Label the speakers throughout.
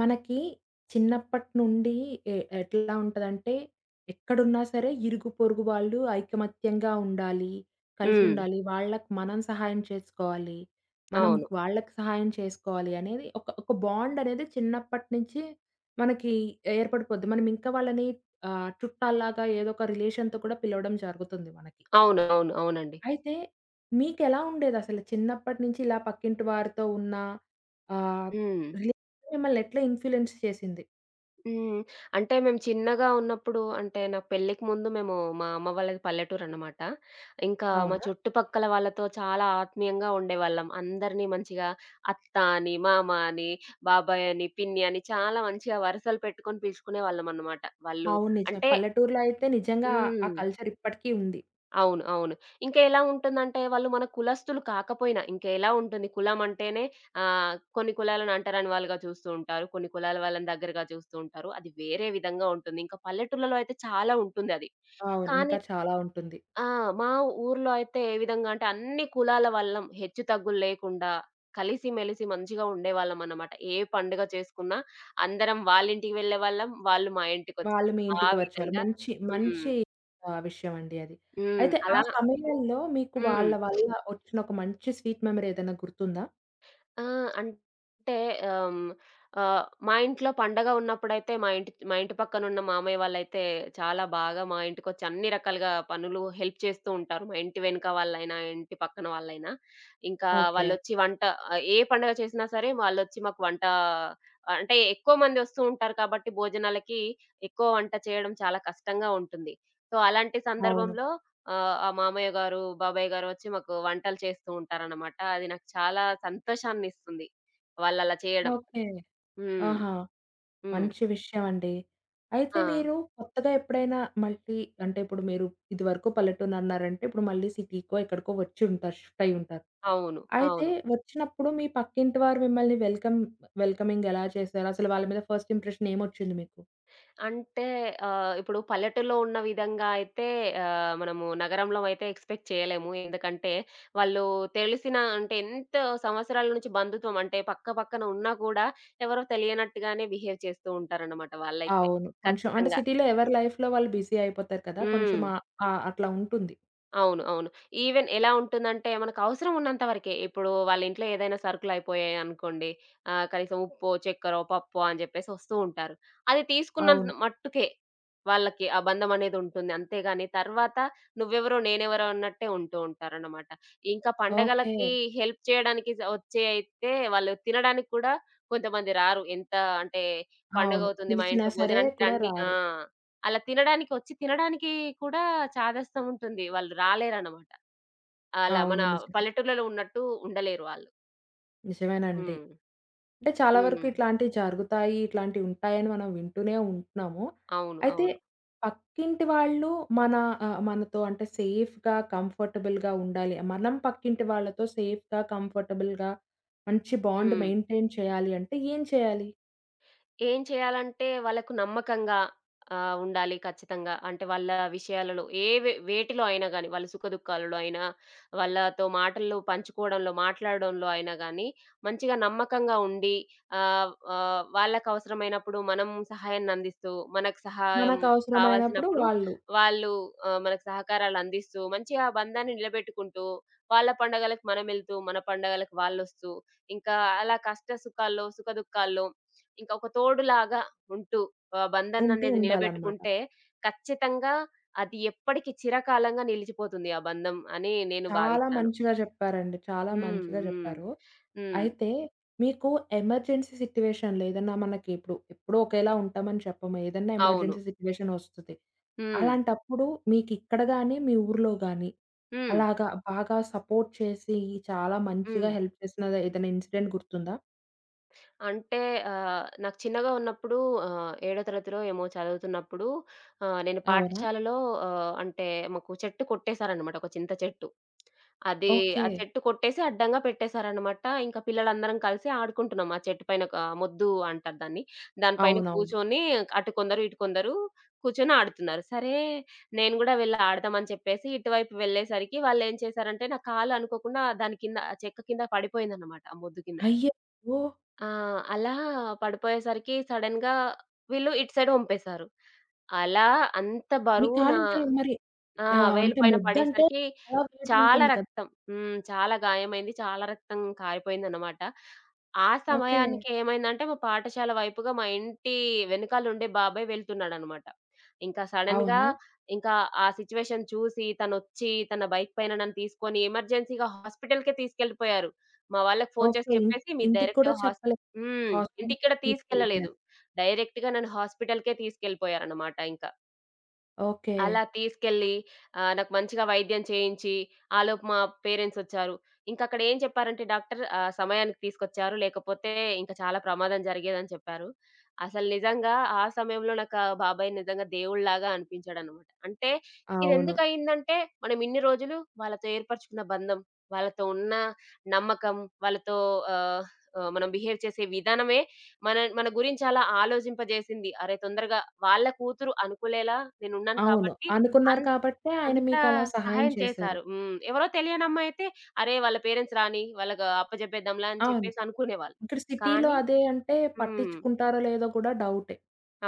Speaker 1: మనకి చిన్నప్పటి నుండి ఎట్లా ఉంటదంటే, ఎక్కడున్నా సరే ఇరుగు, పొరుగు వాళ్ళు ఐకమత్యంగా ఉండాలి.
Speaker 2: హ్మ్.
Speaker 1: కలిసుండాలి. వాళ్ళకి మనం సహాయం చేసుకోవాలి. మనం
Speaker 2: అవును.
Speaker 1: వాళ్ళకి సహాయం చేసుకోవాలి అనేది ఒక ఒక బాండ్ అనేది చిన్నప్పటి నుంచి మనకి ఏర్పడిపోద్ది. మనం ఇంకా వాళ్ళని చుట్టాల్లాగా ఏదో ఒక రిలేషన్‌తో కూడా పిలవడం జరుగుతుంది మనకి.
Speaker 2: అవును. అవును. అవునండి.
Speaker 1: అయితే మీకెలా ఉండేదసలు? చిన్నప్పటి నుంచి ఇలా పక్కింటి వారితో ఉన్న ఆహ్,
Speaker 2: హ్మ్.
Speaker 1: రిలేషన్ మిమ్మల్ని ఎట్లా ఇన్‌ఫ్లూయెన్స్ చేసింది?
Speaker 2: హ్మ్. అంటే మేము చిన్నగా ఉన్నప్పుడు అంటే నాకు పెళ్ళికి ముందు మేము మా అమ్మ వాళ్ళది పల్లెటూరనమాట. ఇంకా మా
Speaker 1: అవునా?
Speaker 2: చుట్టుపక్కల వాళ్ళతో చాలా ఆత్మీయంగా ఉండేవాళ్ళం. అందరిని మంచిగా అత్త అని, మామ అని, బాబాయ్ అని, పిన్ని అని చాలా మంచిగా వరుసలు పెట్టుకొని పిలుచుకునేవాళ్ళమనమాట. వాళ్ళు
Speaker 1: అవును, నిజమే.
Speaker 2: అంటే
Speaker 1: పల్లెటూరులో అయితే నిజంగా ఆ
Speaker 2: హ్మ్.
Speaker 1: కల్చర్ ఇప్పటికీ ఉంది.
Speaker 2: అవును. అవును. ఇంకా ఎలా ఉంటుందంటే వాళ్ళు మన కులస్తులు కాకపోయినా ఇంకా ఎలా ఉంటుంది కులం అంటేనే కొన్ని కులాలను అంటరాని వాళ్ళుగా చూస్తూ ఉంటారు. కొన్ని కులాల వాళ్ళని దగ్గరగా చూస్తూ ఉంటారు. అది వేరే విధంగా ఉంటుంది. ఇంకా పల్లెటూర్లలో అయితే చాలా ఉంటుందది.
Speaker 1: అవును, ఇంకా
Speaker 2: కానీ
Speaker 1: చాలా ఉంటుంది.
Speaker 2: ఆ! మా ఊర్లో అయితే ఏ విధంగా అంటే అన్ని కులాల వాళ్ళం హెచ్చుతగ్గులు లేకుండా కలిసిమెలిసి మంచిగా ఉండేవాళ్ళమన్నమాట. ఏ పండుగ చేసుకున్నా అందరం వాళ్ళ ఇంటికి వెళ్ళేవాళ్ళం. వాళ్ళు మా
Speaker 1: వాళ్ళు
Speaker 2: ఇంటికొచ్చేవాళ్ళు.
Speaker 1: మీ
Speaker 2: ఆ
Speaker 1: ఇంటికి వచ్చేవాళ్ళు.
Speaker 2: విధంగా
Speaker 1: మంచి
Speaker 2: హ్మ్.
Speaker 1: మంచి విషయం అండి అది.
Speaker 2: హ్మ్.
Speaker 1: అయితే ఆ
Speaker 2: అలా
Speaker 1: సమయాల్లో మీకు
Speaker 2: హ్మ్.
Speaker 1: వాళ్ళ వల్ల వచ్చిన ఒక మంచి స్వీట్ మెమరీ ఏదైనా గుర్తుందా?
Speaker 2: ఆ! అంటే ఆహ్, హ్మ్, మా ఇంట్లో పండగ ఉన్నప్పుడైతే మా ఇంటి పక్కనున్న మామయ్య వాళ్ళైతే చాలా బాగా మా ఇంటికొచ్చి అన్ని రకాలుగా పనులు హెల్ప్ చేస్తూ ఉంటారు. మా ఇంటి వెనక వాళ్ళైనా, ఇంటి పక్కన వాళ్ళైనా. ఇంకా
Speaker 1: ఓకే.
Speaker 2: వాళ్ళొచ్చి వంట ఏ పండగ చేసినా సరే వాళ్ళొచ్చి మాకు వంట అంటే ఎక్కువ మంది వస్తూ ఉంటారు కాబట్టి భోజనాలకి ఎక్కువ వంట చేయడం చాలా కష్టంగా ఉంటుంది. సో, అలాంటి
Speaker 1: అవును.
Speaker 2: సందర్భంలో ఆ మామయ్య గారు, బాబాయ్ గారు వచ్చి మాకు వంటలు చేస్తూ ఉంటారన్నమాట. అది నాకు చాలా సంతోషాన్నిస్తుంది. వాళ్ళలా చేయడం.
Speaker 1: ఓకే.
Speaker 2: హ్మ్.
Speaker 1: ఆహా!
Speaker 2: హ్మ్.
Speaker 1: మంచి విషయం అండి. అయితే
Speaker 2: ఆ!
Speaker 1: మీరు కొత్తగా ఎప్పుడైనా మళ్ళీ అంటే ఇప్పుడు మీరు ఇదివరకు పల్లెటూరు అన్నారంటే, ఇప్పుడు మళ్ళీ సిటీకో ఎక్కడికో వచ్చి ఉంటారు. షిఫ్ట్ అయ్యి ఉంటారు.
Speaker 2: అవును.
Speaker 1: అయితే
Speaker 2: అవును.
Speaker 1: వచ్చినప్పుడు మీ పక్కింటి వారు మిమ్మల్ని వెల్కమింగ్ ఎలా చేశారు? అసలు వాళ్ళ మీద ఫస్ట్ ఇంప్రెషన్ ఏమొచ్చింది మీకు?
Speaker 2: అంటే ఇప్పుడు పల్లెటూరులో ఉన్న విధంగా అయితే మనము నగరంలో అయితే ఎక్స్‌పెక్ట్ చేయలేము. ఎందుకంటే వాళ్ళు తెలిసిన అంటే ఎంత సంవత్సరాల నుంచి బంధుత్వం అంటే పక్క పక్కన ఉన్నా కూడా ఎవరో తెలియనట్టుగానే బిహేవ్ చేస్తూ ఉంటారన్నమాట వాళ్ళైతే.
Speaker 1: అవును, కొంచెం అంటే
Speaker 2: ఖచ్చితంగా.
Speaker 1: సిటీలో ఎవరి లైఫ్‌లో వాళ్ళు బిజీ అయిపోతారు కదా! కొంచెం
Speaker 2: హ్మ్.
Speaker 1: ఆహ్, ఆహ్, అట్లా ఉంటుంది.
Speaker 2: అవును. అవును. ఈవెన్ ఎలా ఉంటుందంటే మనకు అవసరం ఉన్నంత వరకే. ఇప్పుడు వాళ్ళ ఇంట్లో ఏదైనా సరుకులయిపోయాయి అనుకోండి. కనీసం ఉప్పో, చక్కెరో, పప్పో అని జెప్పేసి ఒస్తూ ఉంటారు. అది
Speaker 1: అవును.
Speaker 2: తీసుకున్నంత మట్టుకే వాళ్ళకి ఆ బంధం అనేది ఉంటుంది. అంతేగాని తర్వాత నువ్వెవరో, నేనెవరో అన్నట్టే ఉంటూ ఉంటారన్నమాట. ఇంకా
Speaker 1: ఓకే.
Speaker 2: పండగలకి హెల్ప్ చేయడానికి వచ్చే అయితే వాళ్ళు తినడానికి కూడా కొంతమంది రారు. ఎంత అంటే
Speaker 1: అవును,
Speaker 2: పండగవుతుంది మా
Speaker 1: పిలిచినా
Speaker 2: ఇంట్లో
Speaker 1: సరే
Speaker 2: భోజనానికి
Speaker 1: కూడా
Speaker 2: రండి ఆ!
Speaker 1: రారు.
Speaker 2: అలా తినడానికి వచ్చి తినడానికి కూడా చాదస్తం ఉంటుంది. వాళ్ళు రాలేరనమాట. అలా మన
Speaker 1: అవును, నిజం.
Speaker 2: పల్లెటూర్లలో ఉన్నట్టు ఉండలేరు వాళ్ళు.
Speaker 1: నిజమేనండి.
Speaker 2: హ్మ్.
Speaker 1: అంటే చాలా వరకు
Speaker 2: హ్మ్.
Speaker 1: ఇట్లాంటివి జరుగుతాయి, ఇట్లాంటివి ఉంటాయని మనం వింటూనే ఉంటున్నాము.
Speaker 2: అవును.
Speaker 1: అయితే
Speaker 2: అవును.
Speaker 1: పక్కింటి వాళ్ళు మన మనతో అంటే సేఫ్‌గా, కంఫర్టబుల్‌గా ఉండాలి. మనం పక్కింటి వాళ్ళతో సేఫ్‌గా, కంఫర్టబుల్‌గా మంచి బాండ్
Speaker 2: హ్మ్.
Speaker 1: మెయింటైన్ చేయాలి అంటే ఏం చేయాలి?
Speaker 2: ఏం చేయాలంటే వాళ్ళకు నమ్మకంగా ఉండాలి ఖచ్చితంగా. అంటే వాళ్ళ విషయాలలో ఏ వేటిలో అయినా గాని, వాళ్ళ సుఖదుఖాలలో అయినా, వాళ్ళతో మాటల్లో పంచుకోవడంలో, మాట్లాడడంలో అయినా గాని, మంచిగా నమ్మకంగా ఉండి ఆహ్, ఆహ్, వాళ్ళకవసరమైనప్పుడు మనం సహాయాన్నందిస్తూ, మనకు సహాయం
Speaker 1: మనకు అవసరమైనప్పుడు
Speaker 2: కావాల్సినప్పుడు
Speaker 1: వాళ్ళు
Speaker 2: వాళ్ళు మనకు సహకారాలందిస్తూ, మంచిగా ఆ బంధాన్ని నిలబెట్టుకుంటూ, వాళ్ళ పండగలకు మనమెళ్తూ, మన పండగలకు వాళ్ళొస్తూ, ఇంకా అలా కష్ట సుఖాల్లో, సుఖదుఖాల్లో ఇంకా ఒక తోడులాగా ఉంటూ బంధం
Speaker 1: ఉంటూ
Speaker 2: అనేది
Speaker 1: ఉండాలనమాట.
Speaker 2: నిలబెట్టుకుంటే ఖచ్చితంగా అది ఎప్పటికి చిరకాలంగా నిలిచిపోతుంది ఆ బంధం అని నేను
Speaker 1: చాలా
Speaker 2: భావిస్తాను.
Speaker 1: మంచిగా చెప్పారండి. చాలా
Speaker 2: హ్మ్.
Speaker 1: మంచిగా
Speaker 2: హ్మ్.
Speaker 1: చెప్పారు.
Speaker 2: హ్మ్.
Speaker 1: అయితే మీకు ఎమర్జెన్సీ సిట్యుయేషన్‌లో ఏదన్నా మనకి ఇప్పుడు ఎప్పుడూ ఒకేలా ఉంటామని చెప్పము. ఏదన్నా
Speaker 2: అవును.
Speaker 1: ఎమర్జెన్సీ సిట్యుయేషన్ వస్తది.
Speaker 2: హ్మ్.
Speaker 1: అలాంటప్పుడు మీకిక్కడ గాని, మీ ఊర్లో గాని
Speaker 2: హ్మ్.
Speaker 1: అలాగా బాగా సపోర్ట్ చేసి, చాలా
Speaker 2: హ్మ్.
Speaker 1: మంచిగా హెల్ప్ చేసిన ఏదైనా ఇన్సిడెంట్ గుర్తుందా?
Speaker 2: అంటే నాకు చిన్నగా ఉన్నప్పుడు ఏడో తరగతిలో ఏమో చదువుతున్నప్పుడు నేను
Speaker 1: అవునా?
Speaker 2: పాఠశాలలో అంటే మాకు చెట్టు కొట్టేసారన్నమాట ఒక చింత చెట్టు. అది
Speaker 1: ఓకే.
Speaker 2: ఆ చెట్టు కొట్టేసి అడ్డంగా పెట్టేశారనమాట. ఇంకా పిల్లలందరం కలిసి ఆడుకుంటున్నాం. ఆ చెట్టు పైన ఒక మొద్దు అంటారు దాన్ని. దానిపైన
Speaker 1: అవునవును.
Speaker 2: కూర్చొని అటు కొందరు, ఇటు కొందరు కూర్చొని ఆడుతున్నారు. సరే నేను గూడా వెళ్ళి ఆడదాం అని చెప్పేసి ఇటువైపు వెళ్ళేసరికి వాళ్ళేం చేశారంటే నా కాలు అనుకోకుండా దాని కింద ఆ చెక్క కింద పడిపోయిందనమాట ఆ మొద్దు కింద.
Speaker 1: అయ్యో!
Speaker 2: ఆ! అలా పడిపోయేసరికి సడెన్‌గా వీళ్ళు ఇటు సైడ్ వంపేశారు. అలా అంత
Speaker 1: మీ
Speaker 2: బరువు నా
Speaker 1: కాలింకా మరి
Speaker 2: ఆ! వేలు
Speaker 1: అంటే
Speaker 2: పైన
Speaker 1: ముద్దంటే
Speaker 2: పడేసరికి
Speaker 1: చాలా వెయిట్
Speaker 2: చాలా
Speaker 1: ఉంటుంది కదా!
Speaker 2: రక్తం. హ్మ్. చాలా గాయమైంది. చాలా రక్తం కారిపోయిందనమాట. ఆ
Speaker 1: ఓకే.
Speaker 2: సమయానికి ఏమైందంటే, మా పాఠశాల వైపుగా మా ఇంటి వెనకాలుండే బాబాయ్ వెళ్తున్నాడనమాట. ఇంకా సడెన్‌గా
Speaker 1: అవునా?
Speaker 2: ఇంకా ఆ సిట్యుయేషన్ చూసి తనొచ్చి తన బైక్ పైన నన్ను తీసుకొని ఎమర్జెన్సీగా హాస్పిటల్‌కే తీసుకెళ్ళిపోయారు. మా వాళ్ళకి ఫోను చేసి
Speaker 1: ఓకే.
Speaker 2: చెప్పేసి మీరు
Speaker 1: ఇంటికి కూడా
Speaker 2: డైరెక్ట్‌గా
Speaker 1: చెప్పలేదు.
Speaker 2: హ్మ్. ఇంటికి
Speaker 1: హాస్పిటల్‌కి
Speaker 2: కూడా తీసుకెళ్ళలేదు.
Speaker 1: తీసుకెళ్ళిపోయారు.
Speaker 2: డైరెక్ట్‌గా నన్ను హాస్పిటల్‌కే తీసుకెళ్ళిపోయారనమాట ఇంక.
Speaker 1: ఓకే.
Speaker 2: అలా తీసుకెళ్ళి నాకు మంచిగా వైద్యం చేయించి, ఆలోపు మా పేరెంట్సొచ్చారు. ఇంకక్కడ ఏం చెప్పారంటే డాక్టర్ సమయానికి తీసుకొచ్చారు. లేకపోతే ఇంక చాలా ప్రమాదం జరిగేదని చెప్పారు. అసలు నిజంగా ఆ సమయంలో నాకు ఆ బాబాయ్ నిజంగా దేవుడిలాగా అనిపించాడనమాట. అంటే
Speaker 1: అవును.
Speaker 2: ఇదెందుకయిందంటే, మనం ఇన్ని రోజులు వాళ్ళతో ఏర్పరచుకున్న బంధం, వాళ్ళతో ఉన్న నమ్మకం, వాళ్ళతో ఆహ్, ఆహ్, మనం బిహేవ్ చేసే విధానమే మన మన గురించి అలా ఆలోచింపజేసింది. అరే! తొందరగా వాళ్ళ కూతురు అనుకునేలా నేనున్నాను
Speaker 1: అవును,
Speaker 2: కాబట్టి
Speaker 1: అనుకున్నారు
Speaker 2: అన్
Speaker 1: కాబట్టే ఆయన
Speaker 2: అంత
Speaker 1: మీకలా సహాయం
Speaker 2: సహాయం
Speaker 1: చేశారు.
Speaker 2: చేశారు. హ్మ్. ఎవరో తెలియనమ్మాయయితే అరే! వాళ్ళ పేరెంట్స్ రాని వాళ్ళకి అప్పజెప్పేద్దాంలా అని
Speaker 1: అవును.
Speaker 2: చెప్పేసి అనుకునేవాళ్ళు.
Speaker 1: ఇక్కడ సిటీలో
Speaker 2: కానీ
Speaker 1: అదే అంటే
Speaker 2: హ్మ్.
Speaker 1: పట్టించుకుంటారో లేదో కూడా డౌటే.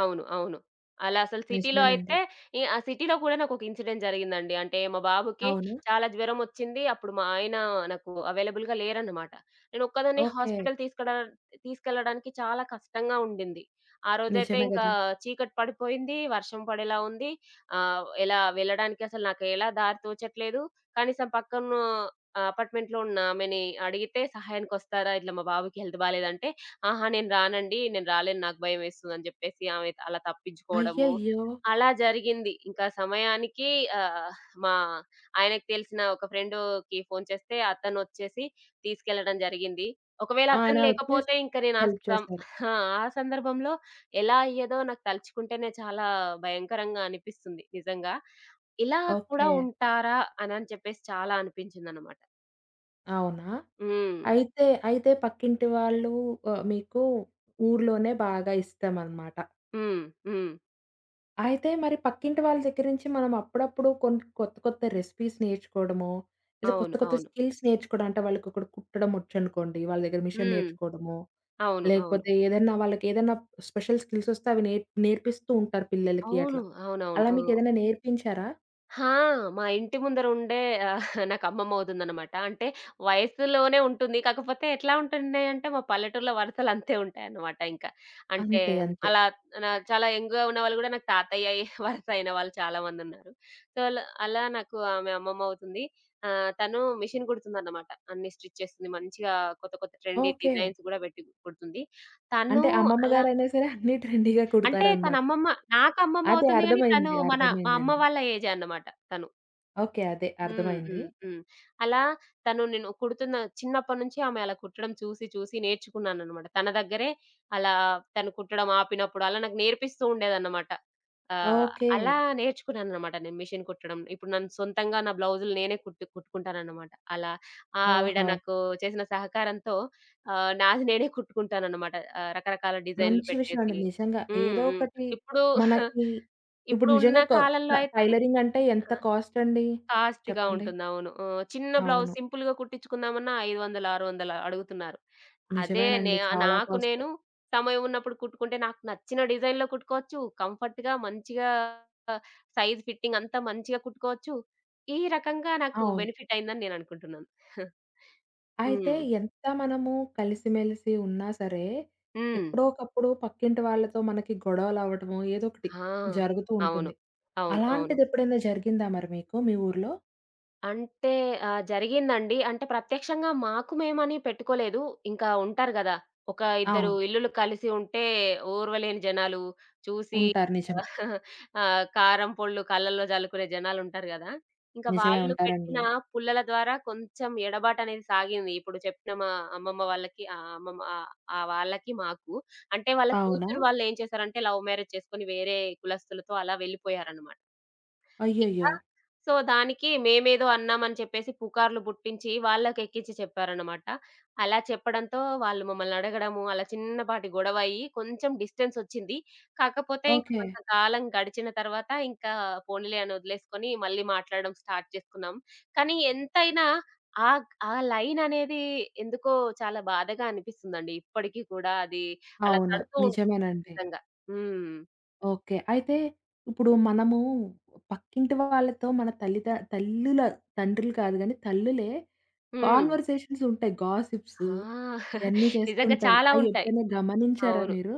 Speaker 2: అవును. అవును. అలా అసలు సిటీలో
Speaker 1: నిజమేనండి.
Speaker 2: అయితే ఆ సిటీలో కూడా నాకొక ఇన్సిడెంట్ జరిగిందండి. అంటే మా బాబుకి
Speaker 1: అవునా?
Speaker 2: చాలా జ్వరం వచ్చింది. అప్పుడు మా ఆయన నాకు అవైలబుల్‌గా లేరన్నమాట. నేను ఒక్కదాన్నే
Speaker 1: ఓకే.
Speaker 2: హాస్పిటల్ తీసుకెళ్లడానికి చాలా కష్టంగా ఉండింది. ఆ రోజైతే
Speaker 1: నిజమే
Speaker 2: ఇంకా
Speaker 1: గదా!
Speaker 2: చీకటి పడిపోయింది. వర్షం పడేలా ఉంది. ఎలా వెళ్ళడానికి అసలు నాకు ఎలా దారి తోచట్లేదు. కనీసం పక్కన అపార్ట్మెంట్‌లో ఉన్న ఆమెని అడిగితే సహాయానికొస్తారా? ఇట్లా మా బాబుకి హెల్త్ బాలేదంటే ఆహా! నేను రానండి. నేను రాలేను. నాకు భయమేస్తుందని జెప్పేసి ఆమె అలా తప్పించుకోవడము.
Speaker 1: అయ్యయ్యో!
Speaker 2: అలా జరిగింది. ఇంకా సమయానికి ఆహ్, మా ఆయనకి తెలిసిన ఒక ఫ్రెండుకి ఫోను చేస్తే అతనొచ్చేసి తీసుకెళ్లడం జరిగింది. ఒకవేళ
Speaker 1: ఆయన
Speaker 2: అతను
Speaker 1: వచ్చి
Speaker 2: లేకపోతే ఇంక నేను ఆ
Speaker 1: హెల్ప్ చేశారు.
Speaker 2: ఆ! ఆ సందర్భంలో ఎలా అయ్యేదో నాకు తలుచుకుంటేనే చాలా భయంకరంగా అనిపిస్తుంది నిజంగా. ఇలా కూడా
Speaker 1: ఓకే.
Speaker 2: ఉంటారా అనని చెప్పేసి చాలా అనిపించిందనమాట.
Speaker 1: అవునా?
Speaker 2: హ్మ్.
Speaker 1: అయితే, అయితే పక్కింటి వాళ్ళు మీకు ఊర్లోనే బాగా ఇష్టమనమాట.
Speaker 2: హ్మ్. హ్మ్.
Speaker 1: అయితే మరి పక్కింటి వాళ్ళ దగ్గర నుంచి మనం అప్పుడప్పుడు కొన్ని కొత్త కొత్త రెసిపీస్ నేర్చుకోవడమో, లేదా కొత్త
Speaker 2: అవును.
Speaker 1: కొత్త
Speaker 2: అవును.
Speaker 1: స్కిల్స్ నేర్చుకోవడం అంటే వాళ్ళకొకడు కుట్టడం వచ్చనుకోండి. వాళ్ళ దగ్గర మిషన్
Speaker 2: హ్మ్.
Speaker 1: నేర్చుకోవడమో,
Speaker 2: అవును. అవును.
Speaker 1: లేకపోతే ఏదన్నా వాళ్ళకేదన్నా స్పెషల్ స్కిల్స్ వస్తే అవి నేర్పిస్తూ ఉంటారు పిల్లలకి
Speaker 2: అవును.
Speaker 1: అట్లా.
Speaker 2: అవునవును.
Speaker 1: అలా
Speaker 2: హ్మ్.
Speaker 1: మీకేదైనా నేర్పించారా?
Speaker 2: ఆ! హా, మా ఇంటి ముందర ఉండే ఆహ్, నాకు అమ్మమ్మ అవుతుందన్నమాట. అంటే వయసులోనే ఉంటుంది. కాకపోతే ఎట్లా ఉంటున్నాయంటే మా పల్లెటూరులో వరసలు అంతే ఉంటాయన్నమాట ఇంకా. అంటే
Speaker 1: అంతే. అంతే.
Speaker 2: అలా నా చాలా యంగ్‌గా ఉన్నవాళ్ళు గూడా నాకు తాతయ్య అయ్యే వరస అయిన వాళ్ళు చాలా మందున్నారు. సో, అలా అలా నాకు ఆమె అమ్మమ్మ అవుతుంది. తను మిషన్ కుడుతుందన్నమాట. అన్ని స్టిచ్ చేస్తుంది. మంచిగా కొత్త కొత్త ట్రెండీ
Speaker 1: ఓకే.
Speaker 2: డిజైన్స్ గూడా పెట్టి కుడుతుంది. తను
Speaker 1: అంటే అమ్మమ్మ
Speaker 2: అలా
Speaker 1: గారైనా సరే అన్నీ ట్రెండీగా
Speaker 2: అంటే తన
Speaker 1: కుడతారనమాట.
Speaker 2: అమ్మమ్మ నాకు అమ్మమ్మ
Speaker 1: అదే
Speaker 2: అవుతుంది గానీ, తను
Speaker 1: అర్థమైంది.
Speaker 2: మా అమ్మ
Speaker 1: అర్థమైందండి.
Speaker 2: వాళ్ళ ఏజే అన్నమాట తను.
Speaker 1: ఓకే. అదే
Speaker 2: హ్మ్.
Speaker 1: అర్థమైంది.
Speaker 2: హ్మ్. హ్మ్. అలా తను నేను కుడుతున్న చిన్నప్పటినుంచి ఆమె అలా కుట్టడం చూసి నేర్చుకున్నాననమాట. తన దగ్గరే అలా తను కుట్టడం ఆపినప్పుడు అలా నాకు నేర్పిస్తూ ఉండేదన్నమాట. ఆహ్,
Speaker 1: ఓకే.
Speaker 2: అలా నేర్చుకున్నాననమాట నేను మిషన్ కుట్టడం. ఇప్పుడు నన్ను సొంతంగా నా బ్లౌజులు నేనే కుట్టుకుంటాననమాట. అలా ఆ ఆవిడ
Speaker 1: ఓహో!
Speaker 2: నాకు చేసిన సహకారంతో నాది నేనే కుట్టుకుంటాననమాట. రకరకాల డిజైన్‌లు
Speaker 1: మంచి విషయం అండి.
Speaker 2: పెట్టేసి.
Speaker 1: నిజంగా.
Speaker 2: హ్మ్.
Speaker 1: ఏదో
Speaker 2: హ్మ్.
Speaker 1: ఒకటి
Speaker 2: ఇప్పుడు
Speaker 1: మనకి ఇప్పుడు
Speaker 2: ఇప్పుడు ఉన్న
Speaker 1: నిజంగా కొ
Speaker 2: కాలంలో
Speaker 1: ట
Speaker 2: అయితే
Speaker 1: టైలరింగ్ అంటే ఎంత
Speaker 2: ఆ!
Speaker 1: కాస్ట్ అండి?
Speaker 2: కాస్ట్‌గా
Speaker 1: చెప్పండి.
Speaker 2: ఉంటుంది. అవును. చిన్న బ్లౌజ్
Speaker 1: అవును.
Speaker 2: సింపుల్‌గా కుట్టించుకుందామన్నా 500, 600 అడుగుతున్నారు. అదే
Speaker 1: నిజమేనండి. చాలా
Speaker 2: నాకు
Speaker 1: కాస్ట్.
Speaker 2: నేను సమయం ఉన్నప్పుడు కుట్టుకుంటే నాకు నచ్చిన డిజైన్‌లో కుట్టుకోవచ్చు. కంఫర్ట్‌గా మంచిగా సైజ్ ఫిట్టింగ్ అంతా మంచిగా కుట్టుకోవచ్చు. ఈ రకంగా నాకు
Speaker 1: అవును.
Speaker 2: బెనిఫిట్ అయిందని నేను అనుకుంటున్నాను.
Speaker 1: అయితే
Speaker 2: హ్మ్.
Speaker 1: ఎంత మనము కలిసిమెలిసి ఉన్నా సరే,
Speaker 2: హ్మ్.
Speaker 1: ఎప్పుడో ఒకప్పుడు పక్కింటి వాళ్ళతో మనకి గొడవలవ్వటమో ఏదో ఒకటి
Speaker 2: ఆ!
Speaker 1: జరుగుతూ
Speaker 2: అవును.
Speaker 1: ఉంటుంది.
Speaker 2: అవును. అవును.
Speaker 1: అలాంటిది ఎప్పుడైనా జరిగిందా మరి మీకు మీ ఊర్లో?
Speaker 2: అంటే జరిగిందండి. అంటే ప్రత్యక్షంగా మాకు మేమని పెట్టుకోలేదు. ఇంకా ఉంటారు గదా! ఒక ఇద్దరు
Speaker 1: అవును.
Speaker 2: ఇల్లులు కలిసి ఉంటే ఓర్వలేని జనాలు, చూసి
Speaker 1: ఉంటారు, నిజమే.
Speaker 2: కారం పొళ్ళు కళ్ళల్లో జల్లుకునే జనాలుంటారు గదా! ఇంకా
Speaker 1: నిజమే
Speaker 2: వాళ్ళు పెట్టిన
Speaker 1: ఉంటారండి.
Speaker 2: పుల్లల ద్వారా కొంచెం ఎడబాటనేది సాగింది. ఇప్పుడు చెప్పిన మా అమ్మమ్మ వాళ్ళకి ఆ వాళ్ళకి మాకు. అంటే వాళ్ళ
Speaker 1: అవునా?
Speaker 2: కూతురు వాళ్ళేం చేశారంటే లవ్ మ్యారేజ్ చేసుకొని వేరే కులస్తులతో అలా వెళ్ళిపోయారన్నమాట. ఇంకా
Speaker 1: అయ్యయ్యో!
Speaker 2: సో, దానికి మేమేదో అన్నామని చెప్పేసి పుకార్లు పుట్టించి వాళ్ళకెక్కించి చెప్పారన్నమాట. అలా చెప్పడంతో వాళ్ళు మమ్మల్ని అడగడము, అలా చిన్నపాటి గొడవయ్యి కొంచెం డిస్టెన్సొచ్చింది. కాకపోతే ఇంక
Speaker 1: ఓకే.
Speaker 2: కొంతకాలం గడిచిన తర్వాత ఇంకా పోనీలే అని వదిలేసుకొని మళ్ళీ మాట్లాడడం స్టార్ట్ చేసుకున్నాం. కానీ ఎంతైనా ఆ ఆ లైననేది ఎందుకో చాలా బాధగా అనిపిస్తుందండి. ఇప్పటికి కూడా అది అలా
Speaker 1: అవును.
Speaker 2: తడుతూ ఉంటుంది
Speaker 1: నిజమేనండి.
Speaker 2: నిజంగా. హ్మ్.
Speaker 1: ఓకే. అయితే ఇప్పుడు మనము పక్కింటి వాళ్ళతో మన తల్లుల తండ్రులు కాదు గానీ, తల్లులే
Speaker 2: హ్మ్.
Speaker 1: కాన్వర్సేషన్స్ ఉంటాయి. గాసిప్స్
Speaker 2: ఆ!
Speaker 1: ఇయన్నీ
Speaker 2: నిజంగా
Speaker 1: చేస్తుంటారు.
Speaker 2: చాలా
Speaker 1: అయి
Speaker 2: ఉంటాయి.
Speaker 1: ఎప్పుడైనా గమనించారా
Speaker 2: అవును.
Speaker 1: మీరు?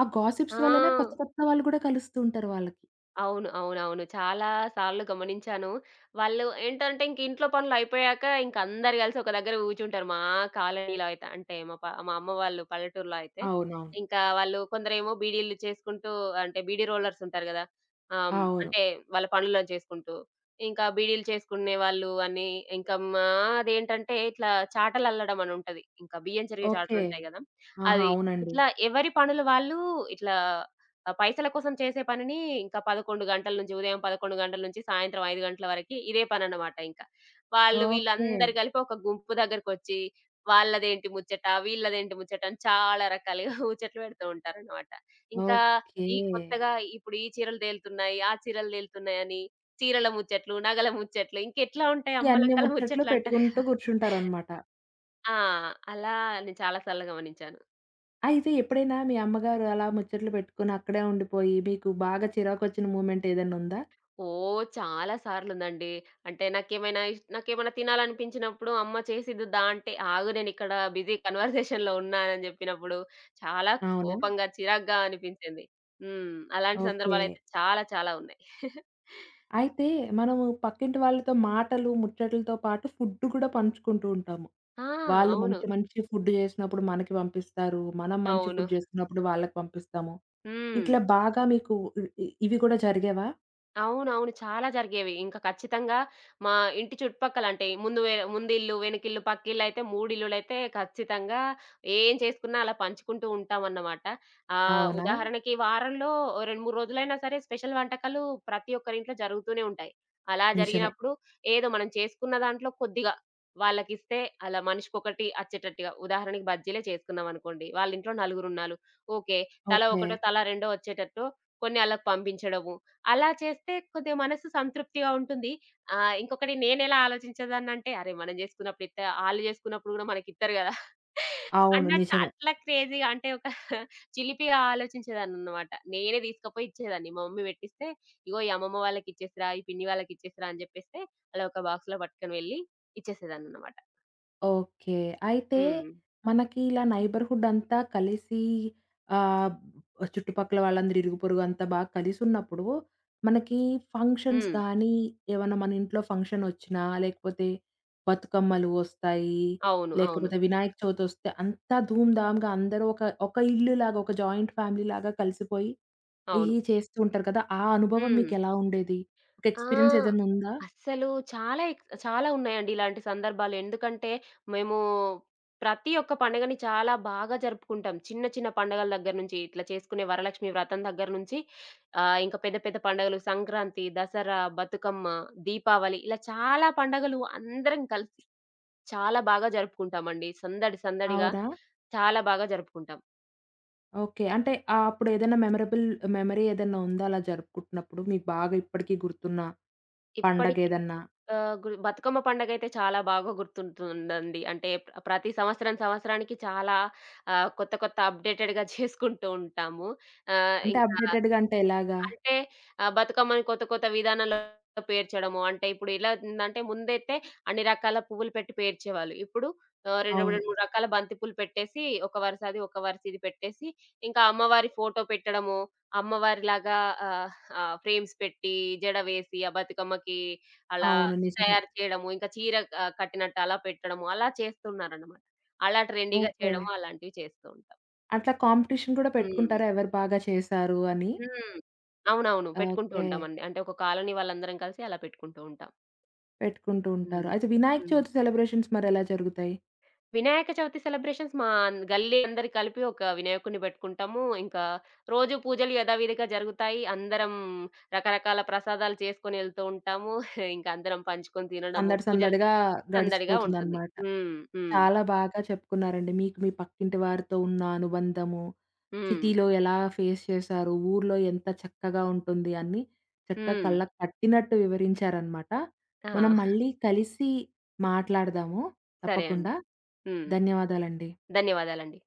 Speaker 1: ఆ
Speaker 2: ఆ!
Speaker 1: గాసిప్స్ వల్లనే కొత్త కొత్త వాళ్ళు గూడా కలుస్తూ ఉంటారు వాళ్ళకి.
Speaker 2: అవును. అవునవును. చాలా సార్లు గమనించాను. వాళ్ళు ఏంటంటే ఇంక ఇంట్లో పనులయిపోయాక ఇంక అందరూ కలిసి ఒక దగ్గర కూర్చుంటారు. మా కాలనీలో అయితే అంటే మా అమ్మ వాళ్ళు పల్లెటూరులో అయితే.
Speaker 1: అవునవును.
Speaker 2: ఇంకా వాళ్ళు కొందరేమో బీడీలు చేసుకుంటూ అంటే బీడీ రోలర్స్ ఉంటారు గదా! ఆహ్, హ్మ్.
Speaker 1: అవును.
Speaker 2: అంటే వాళ్ళ పనులను చేసుకుంటూ. ఇంకా బీడీలు చేసుకునేవాళ్ళు అని ఇంకా మాదేంటంటే ఇట్లా చాటలల్లడం అని ఉంటది. ఇంకా బియ్యం చెరిగే
Speaker 1: ఓకే.
Speaker 2: చాటలుంటాయి గదా!
Speaker 1: ఆహా!
Speaker 2: అది.
Speaker 1: అవునండి.
Speaker 2: ఇట్లా ఎవరి పనులు వాళ్ళు ఇట్లా ఆ పైసల కోసం చేసే పనిని ఇంకా 11 గంటల నుంచి ఉదయం 11 గంటల నుంచి సాయంత్రం 5 గంటల వరకి ఇదే పనన్నమాట ఇంకా.
Speaker 1: ఓకే.
Speaker 2: వీళ్ళందరూ కలిపి ఒక గుంపు దగ్గరకొచ్చి వాళ్ళదేంటి ముచ్చట, వీళ్ళదేంటి ముచ్చట అని చాలా రకాలుగా ముచ్చట్లు పెడుతూ ఉంటారన్నమాట. ఇంకా
Speaker 1: ఓకే.
Speaker 2: ఈ కొత్తగా ఇప్పుడు ఈ చీరలు తేలుతున్నాయి, ఆ చీరలు తేలుతున్నాయని చీరల ముచ్చట్లు, నగల ముచ్చట్లు ఇంకెట్లా ఉంటాయి
Speaker 1: ఇయన్నీ
Speaker 2: అమ్మలక్కల
Speaker 1: ముచ్చట్లు
Speaker 2: ముచ్చట్లు అంటారు
Speaker 1: పెట్టుకుంటూ
Speaker 2: కదా!
Speaker 1: కూర్చుంటారనమాట.
Speaker 2: ఆ! అలా నేను చాలా సార్లు గమనించాను.
Speaker 1: అయితే ఎప్పుడైనా మీ అమ్మగారు అలా ముచ్చట్లు పెట్టుకొని అక్కడే ఉండిపోయి, మీకు బాగా చిరాకొచ్చిన మూమెంట్ ఏదన్నుందా?
Speaker 2: ఓహ్! చాలా సార్లుందండి. అంటే నాకేమైనా తినాలనిపించినప్పుడు అమ్మ చేసిద్ది దా అంటే, ఆగు నేనిక్కడ బిజీ కన్వర్జేషన్‌లో ఉన్నానని జెప్పినప్పుడు, చాలా
Speaker 1: అవునా?
Speaker 2: కోపంగా, చిరాగ్గా అనిపించింది. హ్మ్. అలాంటి
Speaker 1: ఓకే.
Speaker 2: సందర్భాలైతే చాలా చాలా ఉన్నాయి.
Speaker 1: అయితే మనము పక్కింటి వాళ్ళతో మాటలు, ముచ్చట్లతో పాటు ఫుడ్ కూడా పంచుకుంటూ ఉంటాము.
Speaker 2: ఆ!
Speaker 1: వాళ్ళు
Speaker 2: అవును.
Speaker 1: మంచి మంచి ఫుడ్ చేసినప్పుడు మనకి పంపిస్తారు. మనం మంచి
Speaker 2: అవును.
Speaker 1: ఫుడ్ చేసినప్పుడు వాళ్ళకి పంపిస్తాము.
Speaker 2: హ్మ్.
Speaker 1: ఇట్లా బాగా మీకు ఇ ఇ ఇవి కూడా జరిగేవా?
Speaker 2: అవునవును. చాలా జరిగేవి. ఇంకా ఖచ్చితంగా మా ఇంటి చుట్టుపక్కల అంటే ముందు వే ముందిల్లు, వెనకిల్లు, పక్కిళ్ళైతే 3 ఇల్లులైతే ఖచ్చితంగా ఏం చేసుకున్నా అలా పంచుకుంటూ ఉంటామన్నమాట.
Speaker 1: అవునా?
Speaker 2: ఉదాహరణకి వారంలో ఓ 2, 3 రోజులైనా సరే స్పెషల్ వంటకాలు ప్రతి ఒక్కరింట్లో జరుగుతూనే ఉంటాయి. అలా
Speaker 1: నిజమే.
Speaker 2: జరిగినప్పుడు ఏదో మనం చేసుకున్న దాంట్లో కొద్దిగా వాళ్ళకిస్తే అలా మనిషికొకటి అచ్చేటట్టుగా ఉదాహరణకి బజ్జీలే చేసుకున్నామనుకోండి. వాళ్ళ ఇంట్లో నలుగురున్నారు. ఓకే. తలా
Speaker 1: ఓకే.
Speaker 2: ఒకటో, తలా రెండో వచ్చేటట్టు కొన్ని ఆళ్ళకి పంపించడము. అలా చేస్తే కొద్దిగా మనసు సంతృప్తిగా ఉంటుంది. ఇంకొకటి నేనెలా ఆలోచించేదాన్నంటే, అరే! మనం జేసుకున్నప్పుడు ఆళ్ళు జేసుకున్నప్పుడు గూడా మనకిత్తరు గదా!
Speaker 1: అవును,
Speaker 2: అన్నట్టు
Speaker 1: నిజమే.
Speaker 2: అట్లా క్రేజీగా అంటే ఒక చిలిపిగా ఆలోచించేదాన్ననమాట. నేనే తీసుకపోయి ఇచ్చేదాన్ని. మా మమ్మీ పెట్టిస్తే, ఇగో ఈ అమ్మమ్మ వాళ్ళకిచ్చేసిరా, ఈ పిన్ని వాళ్ళకిచ్చేసిరా అని జెప్పేస్తే, అలా ఒక బాక్స్‌లో పట్టుకొని వెళ్ళి ఇచ్చేసేదాన్ననమాట.
Speaker 1: ఓకే. అయితే
Speaker 2: హ్మ్.
Speaker 1: మనకి ఇలా నైబర్‌హుడ్ అంతా కలిసి ఆహ్, చుట్టుపక్కల వాళ్ళందరూ ఇరుగు పొరుగు అంతా బాగా కలిసున్నప్పుడు, మనకి ఫంక్షన్స్
Speaker 2: హ్మ్.
Speaker 1: గానీ, ఏమన్నా మన ఇంట్లో ఫంక్షనొచ్చినా, లేకపోతే బతుకమ్మలు వస్తాయి,
Speaker 2: అవును. అవును.
Speaker 1: లేకపోతే వినాయక చవితొస్తే అంతా ధూమ్‌ధామ్‌గా అందరూ ఒక ఒక ఇల్లులాగా, ఒక జాయింట్ ఫ్యామిలీలాగా కలిసిపోయి
Speaker 2: అవును.
Speaker 1: ఇయి చేస్తూ ఉంటారు కదా! ఆ అనుభవం
Speaker 2: హ్మ్.
Speaker 1: మీకెలా ఉండేది? ఒక
Speaker 2: ఆ!
Speaker 1: ఎక్స్‌పీరియన్స్ ఏదైనా ఉందా?
Speaker 2: అస్సలు చాలా ఉన్నాయండి ఇలాంటి సందర్భాలు. ఎందుకంటే, మేము ప్రతి ఒక్క పండుగని చాలా బాగా జరుపుకుంటాం. చిన్న చిన్న పండుగల దగ్గర నుంచి, ఇట్లా చేసుకునే వరలక్ష్మి వ్రతం దగ్గర నుంచి ఇంకా పెద్ద పెద్ద పండుగలు సంక్రాంతి, దసరా, బతుకమ్మ, దీపావళి ఇలా చాలా పండుగలు అందరం కలిసి చాలా బాగా జరుపుకుంటామండి. సందడి సందడిగా
Speaker 1: అవునా?
Speaker 2: చాలా బాగా జరుపుకుంటాం.
Speaker 1: ఓకే. అంటే అప్పుడేదైనా మెమరబుల్ మెమరీ ఏదన్నా ఉందా అలా జరుపుకుంటున్నప్పుడు? మీకు బాగా ఇప్పటికి గుర్తున్న
Speaker 2: ఇప్పటికి
Speaker 1: పండగేదన్నా?
Speaker 2: ఆహ్, గు బతుకమ్మ పండగైతే చాలా బాగా గుర్తుంటుందండి. అంటే ప్రతి సంవత్సరం సంవత్సరానికి చాలా కొత్త కొత్త అప్‌డేటెడ్‌గా చేసుకుంటూ ఉంటాము. ఆహ్,
Speaker 1: అంటే
Speaker 2: ఇంకా
Speaker 1: అప్‌డేటెడ్‌గా అంటే ఎలాగా?
Speaker 2: అంటే ఆహ్, బతుకమ్మని కొత్త కొత్త విధానాల్లో పేర్చడము. అంటే ఇప్పుడు ఎలా అవుతుందంటే ముందైతే అన్ని రకాల పువ్వులు పెట్టి పేర్చేవాళ్ళు. ఇప్పుడు 2,
Speaker 1: అవును.
Speaker 2: 3 రకాల బంతి పూలు పెట్టేసి ఒక వరుస అది, ఒక వరుస ఇది పెట్టేసి ఇంకా అమ్మవారి ఫోటో పెట్టడము. అమ్మవారిలాగా ఆహ్, ఆహ్, ఫ్రేమ్స్ పెట్టి జడ వేసి ఆ బతుకమ్మకి అలా
Speaker 1: అవును, నిజమే.
Speaker 2: తయారు చేయడము. ఇంకా చీర కట్టినట్టు అలా పెట్టడము. అలా చేస్తున్నారన్నమాట. అలా ట్రెండీగా
Speaker 1: ఓకే.
Speaker 2: చేయడము అలాంటివి చేస్తూ ఉంటాం.
Speaker 1: అట్లా కాంపిటీషన్ గూడా
Speaker 2: హ్మ్.
Speaker 1: పెట్టుకుంటారా? ఎవరు బాగా చేశారు అని?
Speaker 2: హ్మ్. అవునవును. పెట్టుకుంటూ
Speaker 1: ఓకే.
Speaker 2: ఉంటామండి. అంటే ఒక కాలనీ వాళ్ళందరం కలిసి అలా పెట్టుకుంటూ ఉంటాం.
Speaker 1: పెట్టుకుంటూ ఉంటారు.
Speaker 2: హ్మ్.
Speaker 1: అయితే వినాయక
Speaker 2: హ్మ్.
Speaker 1: చవితి సెలబ్రేషన్స్ మరెలా జరుగుతాయి?
Speaker 2: వినాయక చవితి సెలబ్రేషన్స్ మా గల్లీ అందరి కలిపి ఒక వినాయకుడిని పెట్టుకుంటాము. ఇంకా రోజు పూజలు యథావిధిగా జరుగుతాయి. అందరం రకరకాల ప్రసాదాలు చేసుకొని ఎళ్తూ ఉంటాము. ఇంకా అందరం పంచుకొని తినడము,
Speaker 1: సందడి
Speaker 2: పూజలు
Speaker 1: సందడిగా
Speaker 2: సందడిగా ఉంటుంది.
Speaker 1: గడిచిపోతుందనమాట.
Speaker 2: హ్మ్. హ్మ్.
Speaker 1: చాలా బాగా చెప్పుకున్నారండి. మీకు మీ పక్కింటి వారితో ఉన్న అనుబంధము,
Speaker 2: హ్మ్.
Speaker 1: సిటీలో ఎలా ఫేస్ చేశారు, ఊర్లో ఎంత చక్కగా ఉంటుంది అన్నీ చక్కగా
Speaker 2: హ్మ్.
Speaker 1: కళ్ళకు కట్టినట్టు వివరించారనమాట. మనం
Speaker 2: ఆ!
Speaker 1: మళ్ళీ కలిసి మాట్లాడదాము
Speaker 2: సరే
Speaker 1: తప్పకుండా.
Speaker 2: అండి. హ్మ్.
Speaker 1: ధన్యవాదాలండి.
Speaker 2: ధన్యవాదాలండి.